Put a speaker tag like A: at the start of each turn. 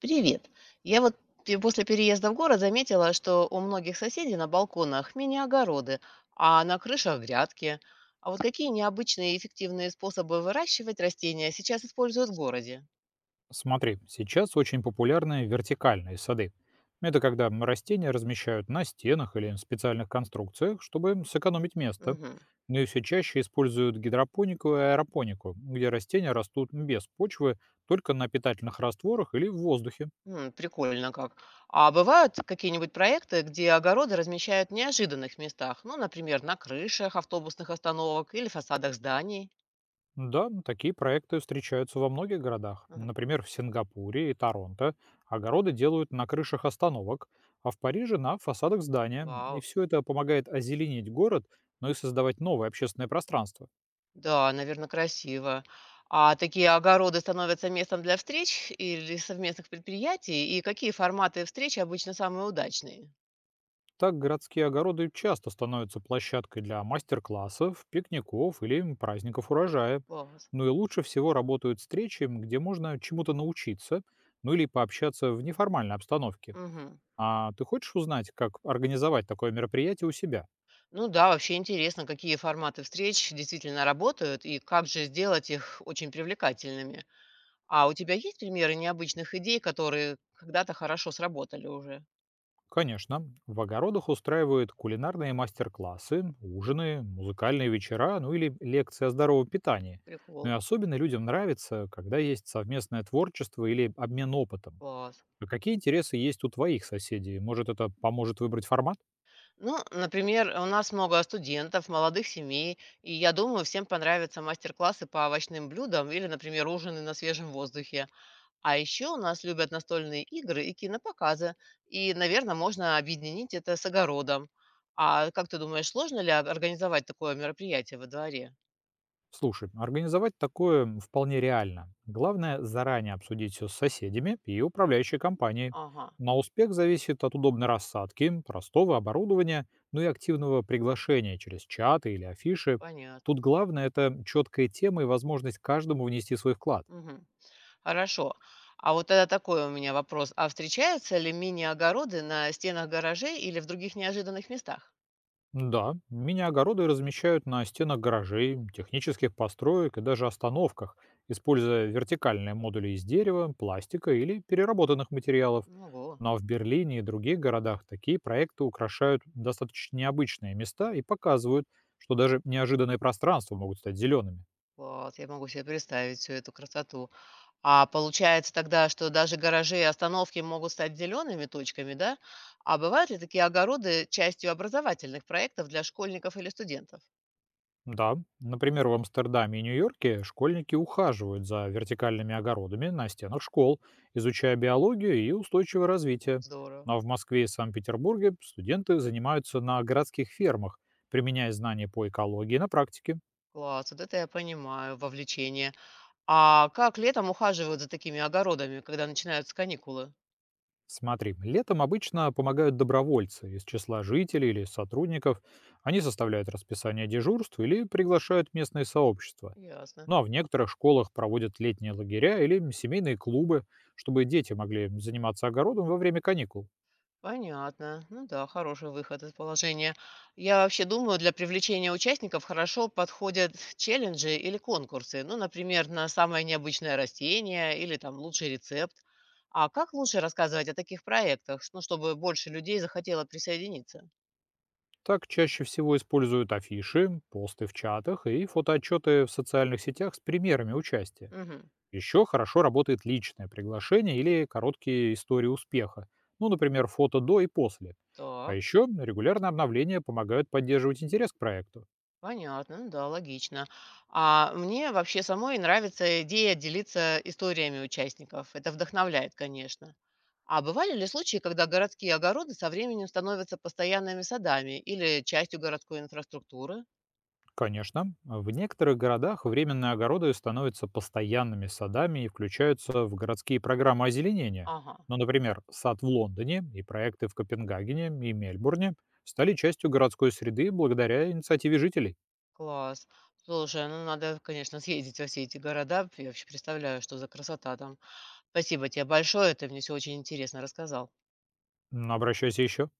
A: Привет. Я вот после переезда в город заметила, что у многих соседей на балконах мини-огороды, а на крышах грядки. А вот какие необычные и эффективные способы выращивать растения сейчас используют в городе?
B: Смотри, сейчас очень популярны вертикальные сады. Это когда растения размещают на стенах или специальных конструкциях, чтобы им сэкономить место.
A: Мгм.
B: Ну и все чаще используют гидропонику и аэропонику, где растения растут без почвы, только на питательных растворах или в воздухе.
A: Прикольно как. А бывают какие-нибудь проекты, где огороды размещают в неожиданных местах? Ну, например, на крышах автобусных остановок или фасадах зданий?
B: Да, такие проекты встречаются во многих городах.
A: Мгм.
B: Например, в Сингапуре и Торонто огороды делают на крышах остановок, а в Париже на фасадах здания. И
A: Вау.
B: все это помогает озеленить город, но и создавать новое общественное пространство.
A: Да, наверное, красиво. А такие огороды становятся местом для встреч или совместных предприятий? И какие форматы встреч обычно самые удачные?
B: Так городские огороды часто становятся площадкой для мастер-классов, пикников или праздников урожая.
A: Класс.
B: Ну и лучше всего работают встречи, где можно чему-то научиться, ну или пообщаться в неформальной обстановке.
A: Мгм.
B: А ты хочешь узнать, как организовать такое мероприятие у себя?
A: Ну да, вообще интересно, какие форматы встреч действительно работают и как же сделать их очень привлекательными. А у тебя есть примеры необычных идей, которые когда-то хорошо сработали уже?
B: Конечно, в огородах устраивают кулинарные мастер-классы, ужины, музыкальные вечера, ну или лекции о здоровом питании. Но и
A: Прикол.
B: особенно людям нравится, когда есть совместное творчество или обмен опытом.
A: Класс.
B: А какие интересы есть у твоих соседей? Может, это поможет выбрать формат?
A: Ну, например, у нас много студентов, молодых семей, и я думаю, всем понравятся мастер-классы по овощным блюдам или, например, ужины на свежем воздухе. А еще у нас любят настольные игры и кинопоказы, и, наверное, можно объединить это с огородом. А как ты думаешь, сложно ли организовать такое мероприятие во дворе?
B: Слушай, организовать такое вполне реально. Главное заранее обсудить все с соседями и управляющей компанией.
A: Ага,
B: На успех зависит от удобной рассадки, простого оборудования, ну и активного приглашения через чаты или афиши.
A: понятно.
B: Тут главное это четкая тема и возможность каждому внести свой вклад.
A: Мгм. Хорошо. А вот тогда такой у меня вопрос. А встречаются ли мини-огороды на стенах гаражей или в других неожиданных местах?
B: Да, мини-огороды размещают на стенах гаражей, технических построек и даже остановках, используя вертикальные модули из дерева, пластика или переработанных материалов.
A: Ого.
B: Но в Берлине и других городах такие проекты украшают достаточно необычные места и показывают, что даже неожиданные пространства могут стать зелеными.
A: Вот, я могу себе представить всю эту красоту. А получается тогда, что даже гаражи и остановки могут стать зелеными точками, да? А бывают ли такие огороды частью образовательных проектов для школьников или студентов?
B: Да, например, в Амстердаме и Нью-Йорке школьники ухаживают за вертикальными огородами на стенах школ, изучая биологию и устойчивое развитие.
A: Здорово.
B: Ну, а в Москве и Санкт-Петербурге студенты занимаются на городских фермах, применяя знания по экологии на практике.
A: Класс, вот это я понимаю, вовлечение. А как летом ухаживают за такими огородами, когда начинаются каникулы?
B: Смотри, летом обычно помогают добровольцы из числа жителей или сотрудников. Они составляют расписание дежурств или приглашают местные сообщества.
A: Ясно.
B: Ну а в некоторых школах проводят летние лагеря или семейные клубы, чтобы дети могли заниматься огородом во время каникул.
A: Понятно. Ну да, хороший выход из положения. Я вообще думаю, для привлечения участников хорошо подходят челленджи или конкурсы. Ну, например, на самое необычное растение или там лучший рецепт. А как лучше рассказывать о таких проектах, ну, чтобы больше людей захотело присоединиться?
B: Так чаще всего используют афиши, посты в чатах и фотоотчеты в социальных сетях с примерами участия.
A: Мгм.
B: Еще хорошо работает личное приглашение или короткие истории успеха, ну, например, фото до и после. А
A: Так.
B: еще регулярные обновления помогают поддерживать интерес к проекту.
A: Понятно, ну да, логично. А мне вообще самой нравится идея делиться историями участников. Это вдохновляет, конечно. А бывали ли случаи, когда городские огороды со временем становятся постоянными садами или частью городской инфраструктуры?
B: Конечно, в некоторых городах временные огороды становятся постоянными садами и включаются в городские программы озеленения.
A: Ага,
B: Но, например, сад в Лондоне и проекты в Копенгагене и Мельбурне стали частью городской среды благодаря инициативе жителей.
A: класс. Слушай, ну надо, конечно, съездить во все эти города. Я вообще представляю, что за красота там. Спасибо тебе большое, ты мне все очень интересно рассказал.
B: Обращайся еще.